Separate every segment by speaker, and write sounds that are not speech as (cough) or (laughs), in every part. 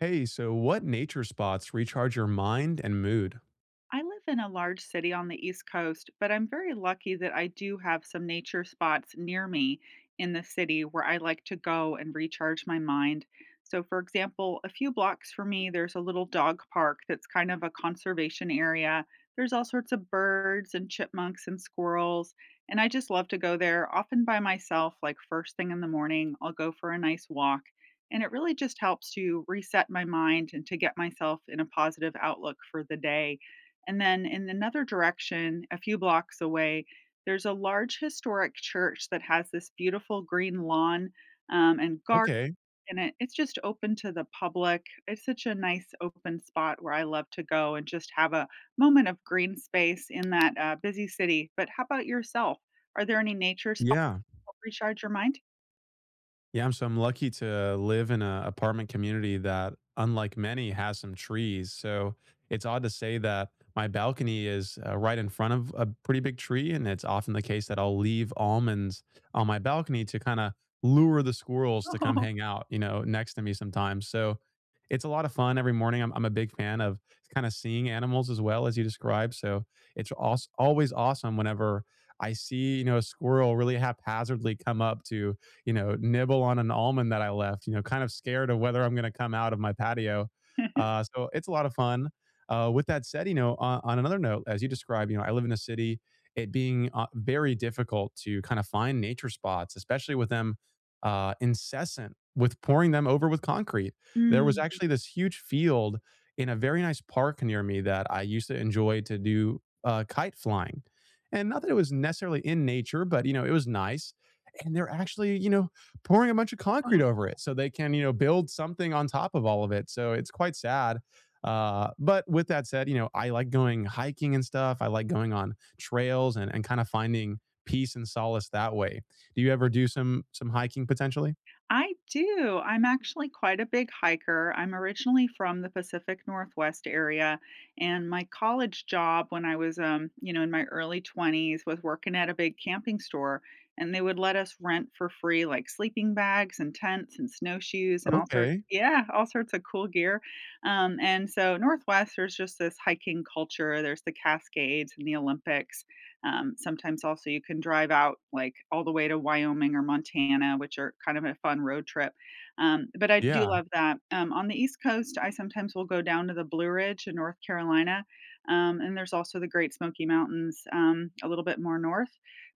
Speaker 1: Hey, so what nature spots recharge your mind and mood?
Speaker 2: I live in a large city on the East Coast, but I'm very lucky that I do have some nature spots near me in the city where I like to go and recharge my mind. So, for example, a few blocks from me, there's a little dog park that's kind of a conservation area. There's all sorts of birds and chipmunks and squirrels. And I just love to go there, often by myself, like first thing in the morning. I'll go for a nice walk. And it really just helps to reset my mind and to get myself in a positive outlook for the day. And then in another direction, a few blocks away, there's a large historic church that has this beautiful green lawn, and garden.
Speaker 1: Okay.
Speaker 2: And it's just open to the public. It's such a nice open spot where I love to go and just have a moment of green space in that busy city. But how about yourself? Are there any nature spots
Speaker 1: Yeah.
Speaker 2: that recharge your mind?
Speaker 1: Yeah, I'm so I'm lucky to live in an apartment community that, unlike many, has some trees. So it's odd to say that my balcony is right in front of a pretty big tree, and it's often the case that I'll leave almonds on my balcony to kind of lure the squirrels to come
Speaker 2: (laughs) Oh.
Speaker 1: hang out, next to me sometimes. So it's a lot of fun every morning. I'm a big fan of kind of seeing animals as well as you described. So it's always awesome whenever I see, you know, a squirrel really haphazardly come up to, you know, nibble on an almond that I left, you know, kind of scared of whether I'm going to come out of my patio.
Speaker 2: (laughs)
Speaker 1: So it's a lot of fun. With that said, you know, on another note, as you described, you know, I live in a city, it being very difficult to kind of find nature spots, especially with them incessant with pouring them over with concrete. There was
Speaker 2: Mm.
Speaker 1: actually this huge field in a very nice park near me that I used to enjoy to do kite flying. And not that it was necessarily in nature, but you know, it was nice, and they're actually, you know, pouring a bunch of concrete over it
Speaker 2: Oh.
Speaker 1: so they can, you know, build something on top of all of it. So it's quite sad. But with that said, you know, I like going hiking and stuff. I like going on trails, and kind of finding peace and solace that way. Do you ever do some hiking potentially?
Speaker 2: I do. I'm actually quite a big hiker. I'm originally from the Pacific Northwest area, and my college job when I was, you know, in my early 20s, was working at a big camping store, and they would let us rent for free, like, sleeping bags and tents and snowshoes and all sorts,
Speaker 1: Okay.
Speaker 2: yeah, all sorts of cool gear. And so Northwest, there's just this hiking culture. There's the Cascades and the Olympics. Sometimes also you can drive out, like, all the way to Wyoming or Montana, which are kind of a fun road trip, but I do
Speaker 1: Yeah.
Speaker 2: love that. On the East Coast, I sometimes will go down to the Blue Ridge in North Carolina, and there's also the Great Smoky Mountains, a little bit more north,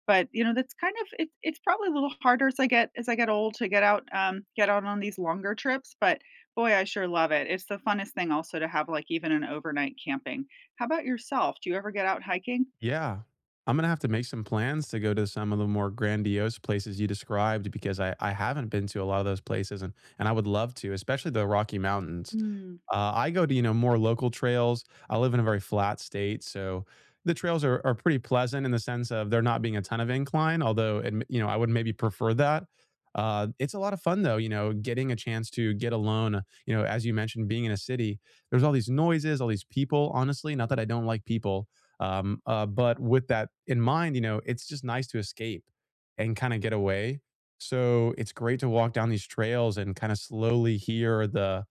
Speaker 2: but, you know, that's kind of it's probably a little harder as I get old to get out on these longer trips, but boy, I sure love it. It's the funnest thing also to have, like, even an overnight camping. How about yourself? Do you ever get out hiking?
Speaker 1: Yeah. I'm gonna have to make some plans to go to some of the more grandiose places you described because I haven't been to a lot of those places, and I would love to, especially the Rocky Mountains.
Speaker 2: Hmm.
Speaker 1: I go to, you know, more local trails. I live in a very flat state, so the trails are pretty pleasant in the sense of there not being a ton of incline, although, you know, I would maybe prefer that. It's a lot of fun though, you know, getting a chance to get alone, you know, as you mentioned, being in a city, there's all these noises, all these people, honestly, not that I don't like people, but with that in mind, you know, it's just nice to escape and kind of get away. So it's great to walk down these trails and kind of slowly hear the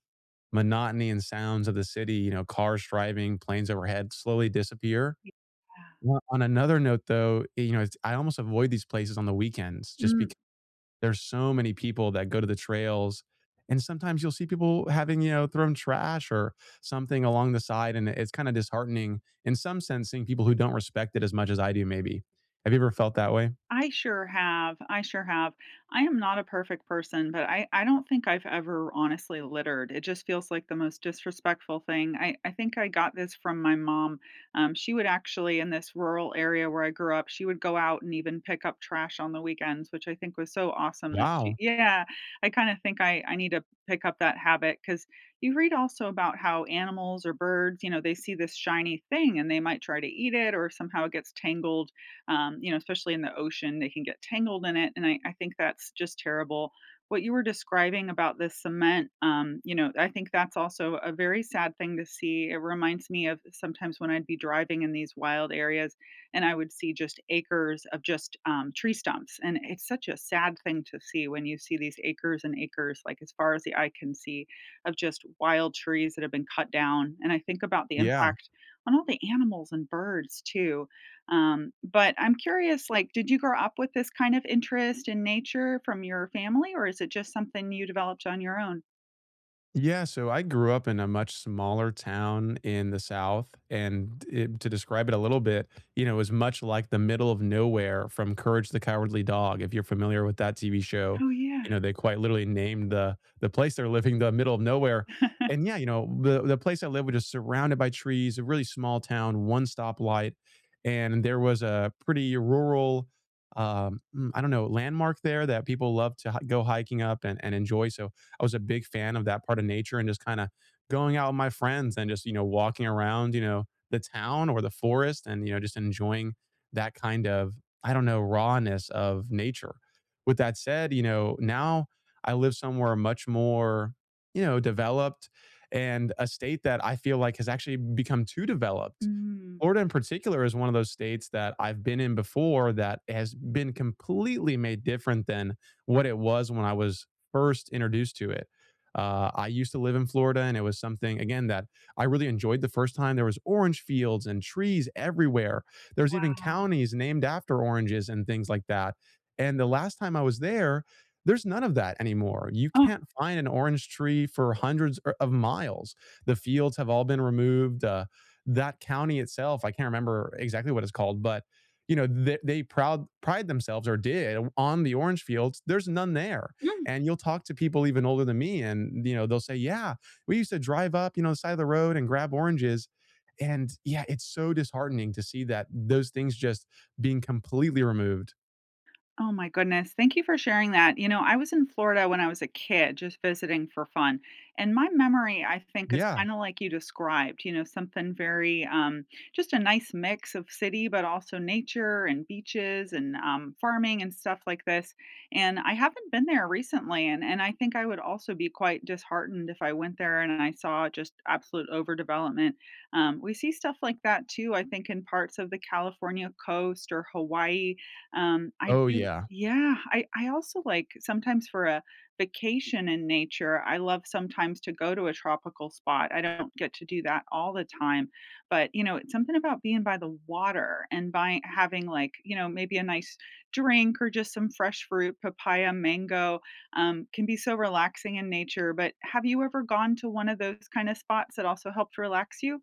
Speaker 1: monotony and sounds of the city, you know, cars driving, planes overhead slowly disappear.
Speaker 2: Yeah.
Speaker 1: Well, on another note, though, you know, it's, I almost avoid these places on the weekends just
Speaker 2: Mm,
Speaker 1: because. There's so many people that go to the trails. And sometimes you'll see people having, you know, thrown trash or something along the side. And it's kind of disheartening in some sense seeing people who don't respect it as much as I do, maybe. Have you ever felt that way?
Speaker 2: I sure have, I sure have. I am not a perfect person, but I don't think I've ever honestly littered. It just feels like the most disrespectful thing. I think I got this from my mom. She would actually, in this rural area where I grew up, she would go out and even pick up trash on the weekends, which I think was so awesome that she
Speaker 1: Wow.
Speaker 2: Yeah, I kind of think I need to pick up that habit because you read also about how animals or birds, you know, they see this shiny thing and they might try to eat it or somehow it gets tangled, you know, especially in the ocean, they can get tangled in it. And I think that's just terrible. What you were describing about the cement, you know, I think that's also a very sad thing to see. It reminds me of sometimes when I'd be driving in these wild areas and I would see just acres of just tree stumps. And it's such a sad thing to see when you see these acres and acres, like as far as the eye can see, of just wild trees that have been cut down. And I think about the
Speaker 1: Yeah.
Speaker 2: impact on all the animals and birds too. But I'm curious, like, did you grow up with this kind of interest in nature from your family, or is it just something you developed on your own?
Speaker 1: Yeah, so I grew up in a much smaller town in the South, and it, to describe it a little bit, you know, it was much like the middle of nowhere from Courage the Cowardly Dog. If you're familiar with that TV show,
Speaker 2: Oh, yeah.
Speaker 1: you know they quite literally named the place they're living the middle of nowhere. And
Speaker 2: (laughs)
Speaker 1: yeah, you know, the place I lived was just surrounded by trees, a really small town, one stoplight, and there was a pretty rural, I don't know, landmark there that people love to go hiking up and enjoy. So I was a big fan of that part of nature and just kind of going out with my friends and just, you know, walking around, you know, the town or the forest, and, you know, just enjoying that kind of, I don't know, rawness of nature. With that said, you know, now I live somewhere much more, you know, developed, and a state that I feel like has actually become too developed.
Speaker 2: Mm,
Speaker 1: Florida in particular is one of those states that I've been in before that has been completely made different than what it was when I was first introduced to it. I used to live in Florida, and it was something again that I really enjoyed the first time. There was orange fields and trees everywhere. There's even
Speaker 2: wow.
Speaker 1: counties named after oranges and things like that. And the last time I was there, there's none of that anymore. You
Speaker 2: Oh.
Speaker 1: can't find an orange tree for hundreds of miles. The fields have all been removed. That county itself, I can't remember exactly what it's called, but you know they proud pride themselves, or did, on the orange fields. There's none there.
Speaker 2: Mm.
Speaker 1: And you'll talk to people even older than me, and you know they'll say yeah, we used to drive up, you know, the side of the road and grab oranges. And yeah, it's so disheartening to see that those things just being completely removed.
Speaker 2: Oh my goodness. Thank you for sharing that. You know, I was in Florida when I was a kid, just visiting for fun. And my memory, I think, is
Speaker 1: Yeah.
Speaker 2: kind of like you described, you know, something very, just a nice mix of city, but also nature and beaches and farming and stuff like this. And I haven't been there recently. And I think I would also be quite disheartened if I went there and I saw just absolute overdevelopment. We see stuff like that too, I think, in parts of the California coast or Hawaii, I
Speaker 1: Oh,
Speaker 2: do,
Speaker 1: yeah.
Speaker 2: yeah, I also like sometimes for a vacation in nature, I love sometimes to go to a tropical spot. I don't get to do that all the time, but, you know, it's something about being by the water and by having, like, you know, maybe a nice drink or just some fresh fruit, papaya, mango, can be so relaxing in nature, but have you ever gone to one of those kinda spots that also helped relax you?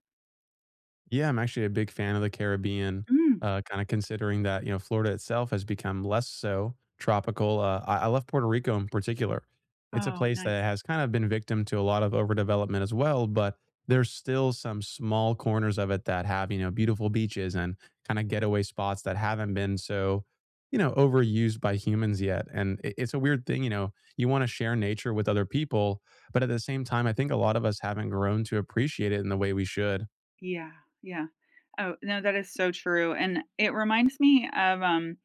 Speaker 1: Yeah, I'm actually a big fan of the Caribbean.
Speaker 2: Mm.
Speaker 1: Kinda considering that, you know, Florida itself has become less so tropical. I love Puerto Rico in particular. It's a
Speaker 2: Oh,
Speaker 1: place that
Speaker 2: nice.
Speaker 1: has kind of been victim to a lot of overdevelopment as well, but there's still some small corners of it that have, you know, beautiful beaches and kinda getaway spots that haven't been so, you know, overused by humans yet. And I it's a weird thing, you know, you wanna share nature with other people, but at the same time, I think a lot of us haven't grown to appreciate it in the way we should.
Speaker 2: Yeah, yeah. Oh, no, that is so true, and it reminds me of,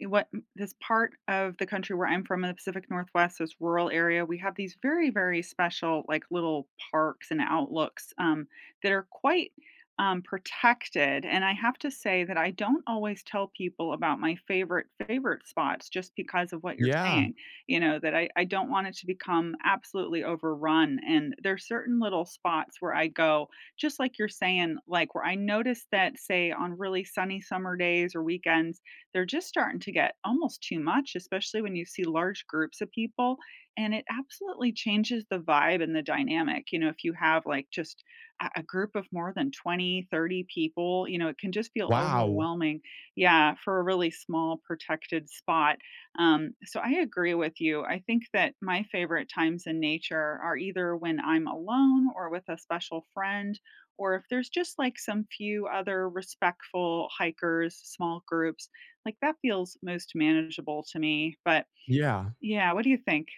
Speaker 2: what this part of the country where I'm from in the Pacific Northwest, this rural area, we have these very, very special, like, little parks and outlooks, that are quite, protected, and I have to say that I don't always tell people about my favorite, favorite spots just because of what you're
Speaker 1: Yeah.
Speaker 2: saying, you know, that I don't want it to become absolutely overrun, and there's certain little spots where I go, just like you're saying, like, where I notice that, say, on really sunny summer days or weekends, they're just starting to get almost too much, especially when you see large groups of people. And it absolutely changes the vibe and the dynamic. You know, if you have like just a group of more than 20, 30 people, you know, it can just feel
Speaker 1: Wow.
Speaker 2: overwhelming. Yeah, for a really small protected spot. So I agree with you. I think that my favorite times in nature are either when I'm alone or with a special friend, or if there's just like some few other respectful hikers, small groups like, that feels most manageable to me, but
Speaker 1: Yeah.
Speaker 2: yeah, what do you think?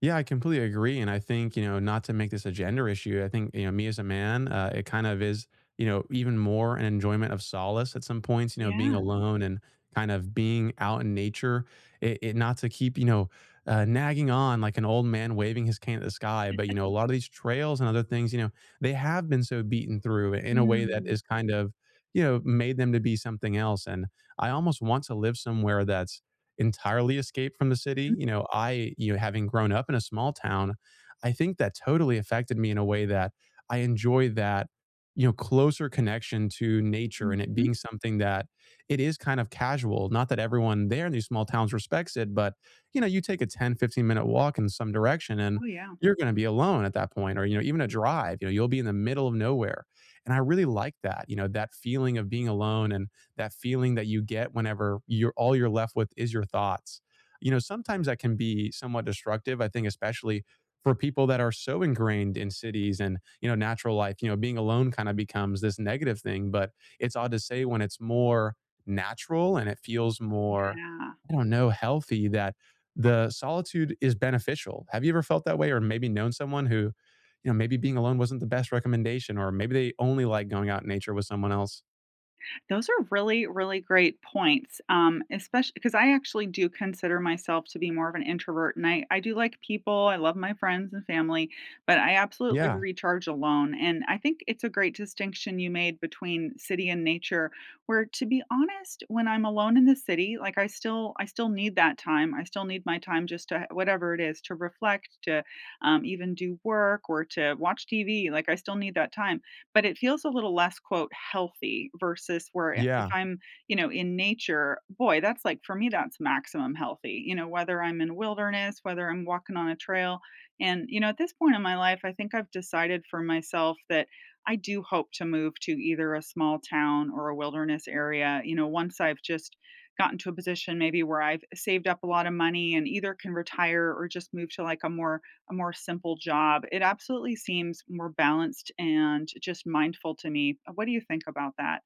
Speaker 1: Yeah, I completely agree, and I think, you know, not to make this a gender issue, I think, you know, me as a man, it kind of is, you know, even more an enjoyment of solace at some points, you know, being
Speaker 2: Yeah.
Speaker 1: alone and kind of being out in nature. It, not to keep, you know, nagging on like an old man waving his cane at the sky, but, you know, a
Speaker 2: (laughs)
Speaker 1: lot of these trails and other things, you know, they have been so beaten through in a way that
Speaker 2: Mm.
Speaker 1: is kind of, you know, made them to be something else. And I almost want to live somewhere that's entirely escape from the city. You know, I, you know, having grown up in a small town, I think that totally affected me in a way that I enjoy that, you know, closer connection to nature, and it
Speaker 2: Mhm.
Speaker 1: being something that it is kind of casual. Not that everyone there in these small towns respects it, but you know, you take a 10, 15 minute walk in some direction and
Speaker 2: Oh, yeah.
Speaker 1: you're going to be alone at that point, or, you know, even a drive, you know, you'll be in the middle of nowhere. And I really like that, you know, that feeling of being alone, and that feeling that you get whenever you're all you're left with is your thoughts. You know, sometimes that can be somewhat destructive. I think especially for people that are so ingrained in cities, and you know, natural life, you know, being alone kind of becomes this negative thing. But it's odd to say when it's more natural and it feels more,
Speaker 2: Yeah.
Speaker 1: I don't know, healthy, that the solitude is beneficial. Have you ever felt that way? Or maybe known someone who, you know, maybe being alone wasn't the best recommendation, or maybe they only like going out in nature with someone else?
Speaker 2: Those are really, really great points. Especially because I actually do consider myself to be more of an introvert and I do like people. I love my friends and family, but I absolutely
Speaker 1: Yeah.
Speaker 2: recharge alone. And I think it's a great distinction you made between city and nature, where to be honest, when I'm alone in the city, like I still need that time. I still need my time just to whatever it is, to reflect, to even do work or to watch TV. Like I still need that time, but it feels a little less, quote, "healthy," versus where if
Speaker 1: Yeah.
Speaker 2: I'm, you know, in nature, boy, that's like for me, that's maximum healthy, you know, whether I'm in wilderness, whether I'm walking on a trail, and, you know, at this point in my life, I think I've decided for myself that I do hope to move to either a small town or a wilderness area, you know, once I've just gotten to a position maybe where I've saved up a lot of money and either can retire or just move to, like, a more simple job. It absolutely seems more balanced and just mindful to me. What do you think about that?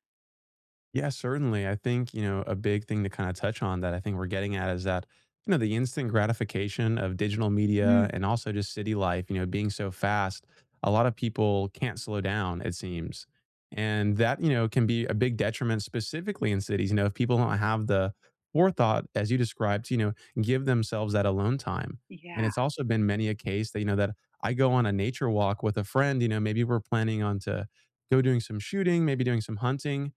Speaker 1: Yeah, certainly. I think, you know, a big thing to kind of touch on that I think we're getting at is that, you know, the instant gratification of digital media
Speaker 2: Mm,
Speaker 1: and also just city life, you know, being so fast, a lot of people can't slow down, it seems. And that, you know, can be a big detriment specifically in cities. You know, if people don't have the forethought, as you described, to, you know, give themselves that alone time. And
Speaker 2: yeah.
Speaker 1: it's also been many a case that, you know, that I go on a nature walk with a friend, you know, maybe we're planning on to go doing some shooting, maybe doing some hunting,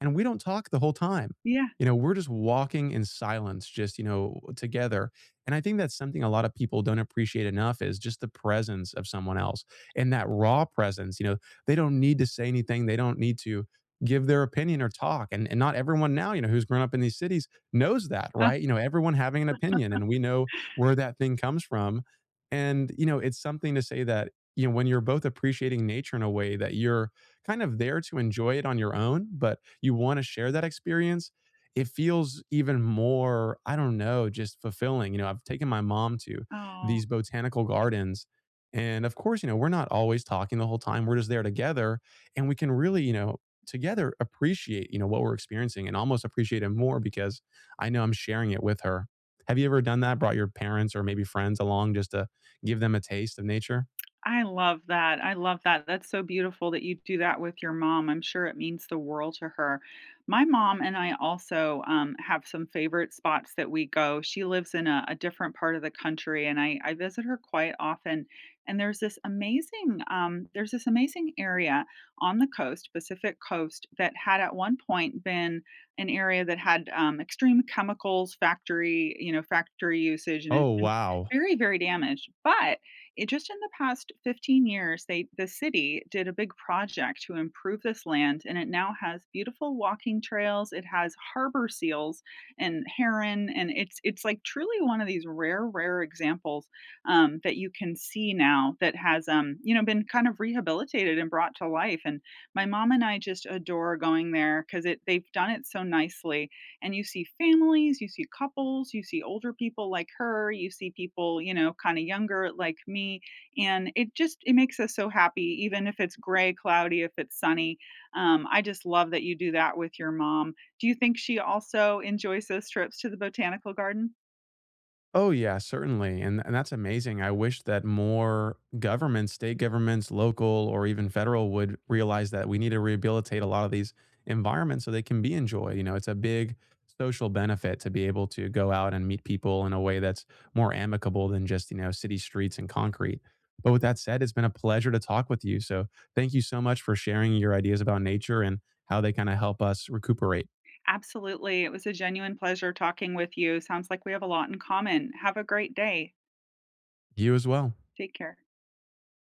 Speaker 1: and we don't talk the whole time.
Speaker 2: Yeah.
Speaker 1: You know, we're just walking in silence, just, you know, together. And I think that's something a lot of people don't appreciate enough is just the presence of someone else, and that raw presence. You know, they don't need to say anything, they don't need to give their opinion or talk. And not everyone now, you know, who's grown up in these cities knows that,
Speaker 2: Uh,
Speaker 1: right? You know, everyone having an opinion, and we know where that thing comes from. And you know, it's something to say that, you know, when you're both appreciating nature in a way that you're kind of there to enjoy it on your own, but you want to share that experience, it feels even more, I don't know, just fulfilling. You know, I've taken my mom to
Speaker 2: oh.
Speaker 1: these botanical gardens. And of course, you know, we're not always talking the whole time. We're just there together, and we can really, you know, together appreciate, you know, what we're experiencing, and almost appreciate it more because I know I'm sharing it with her. Have you ever done that? Brought your parents or maybe friends along just to give them a taste of nature?
Speaker 2: I love that. I love that. That's so beautiful that you do that with your mom. I'm sure it means the world to her. My mom and I also, have some favorite spots that we go. She lives in a different part of the country, and I visit her quite often. And there's this amazing area on the coast, Pacific coast, that had at one point been an area that had, extreme chemicals factory, you know, factory usage, and
Speaker 1: Oh,
Speaker 2: it's been
Speaker 1: wow.
Speaker 2: very, very damaged. But it just in the past 15 years, they the city did a big project to improve this land and it now has beautiful walking trails, it has harbor seals and heron, and it's like truly one of these rare, rare examples, that you can see now that has, you know, been kind of rehabilitated and brought to life, and my mom and I just adore going there because it they've done it so nicely and you see families, you see couples, you see older people like her, you see people, you know, kind of younger like me, and it just it makes us so happy even if it's gray, cloudy, if it's sunny. I just love that you do that with your mom. Do you think she also enjoys those trips to the botanical garden?
Speaker 1: Oh, yeah, certainly, and that's amazing. I wish that more governments, state governments, local, or even federal would realize that we need to rehabilitate a lot of these environments so they can be enjoyed. You know, it's a big social benefit to be able to go out and meet people in a way that's more amicable than just, you know, city streets and concrete. But with that said, it's been a pleasure to talk with you. So thank you so much for sharing your ideas about nature and how they kind of help us recuperate.
Speaker 2: Absolutely. It was a genuine pleasure talking with you. Sounds like we have a lot in common. Have a great day.
Speaker 1: You as well.
Speaker 2: Take care.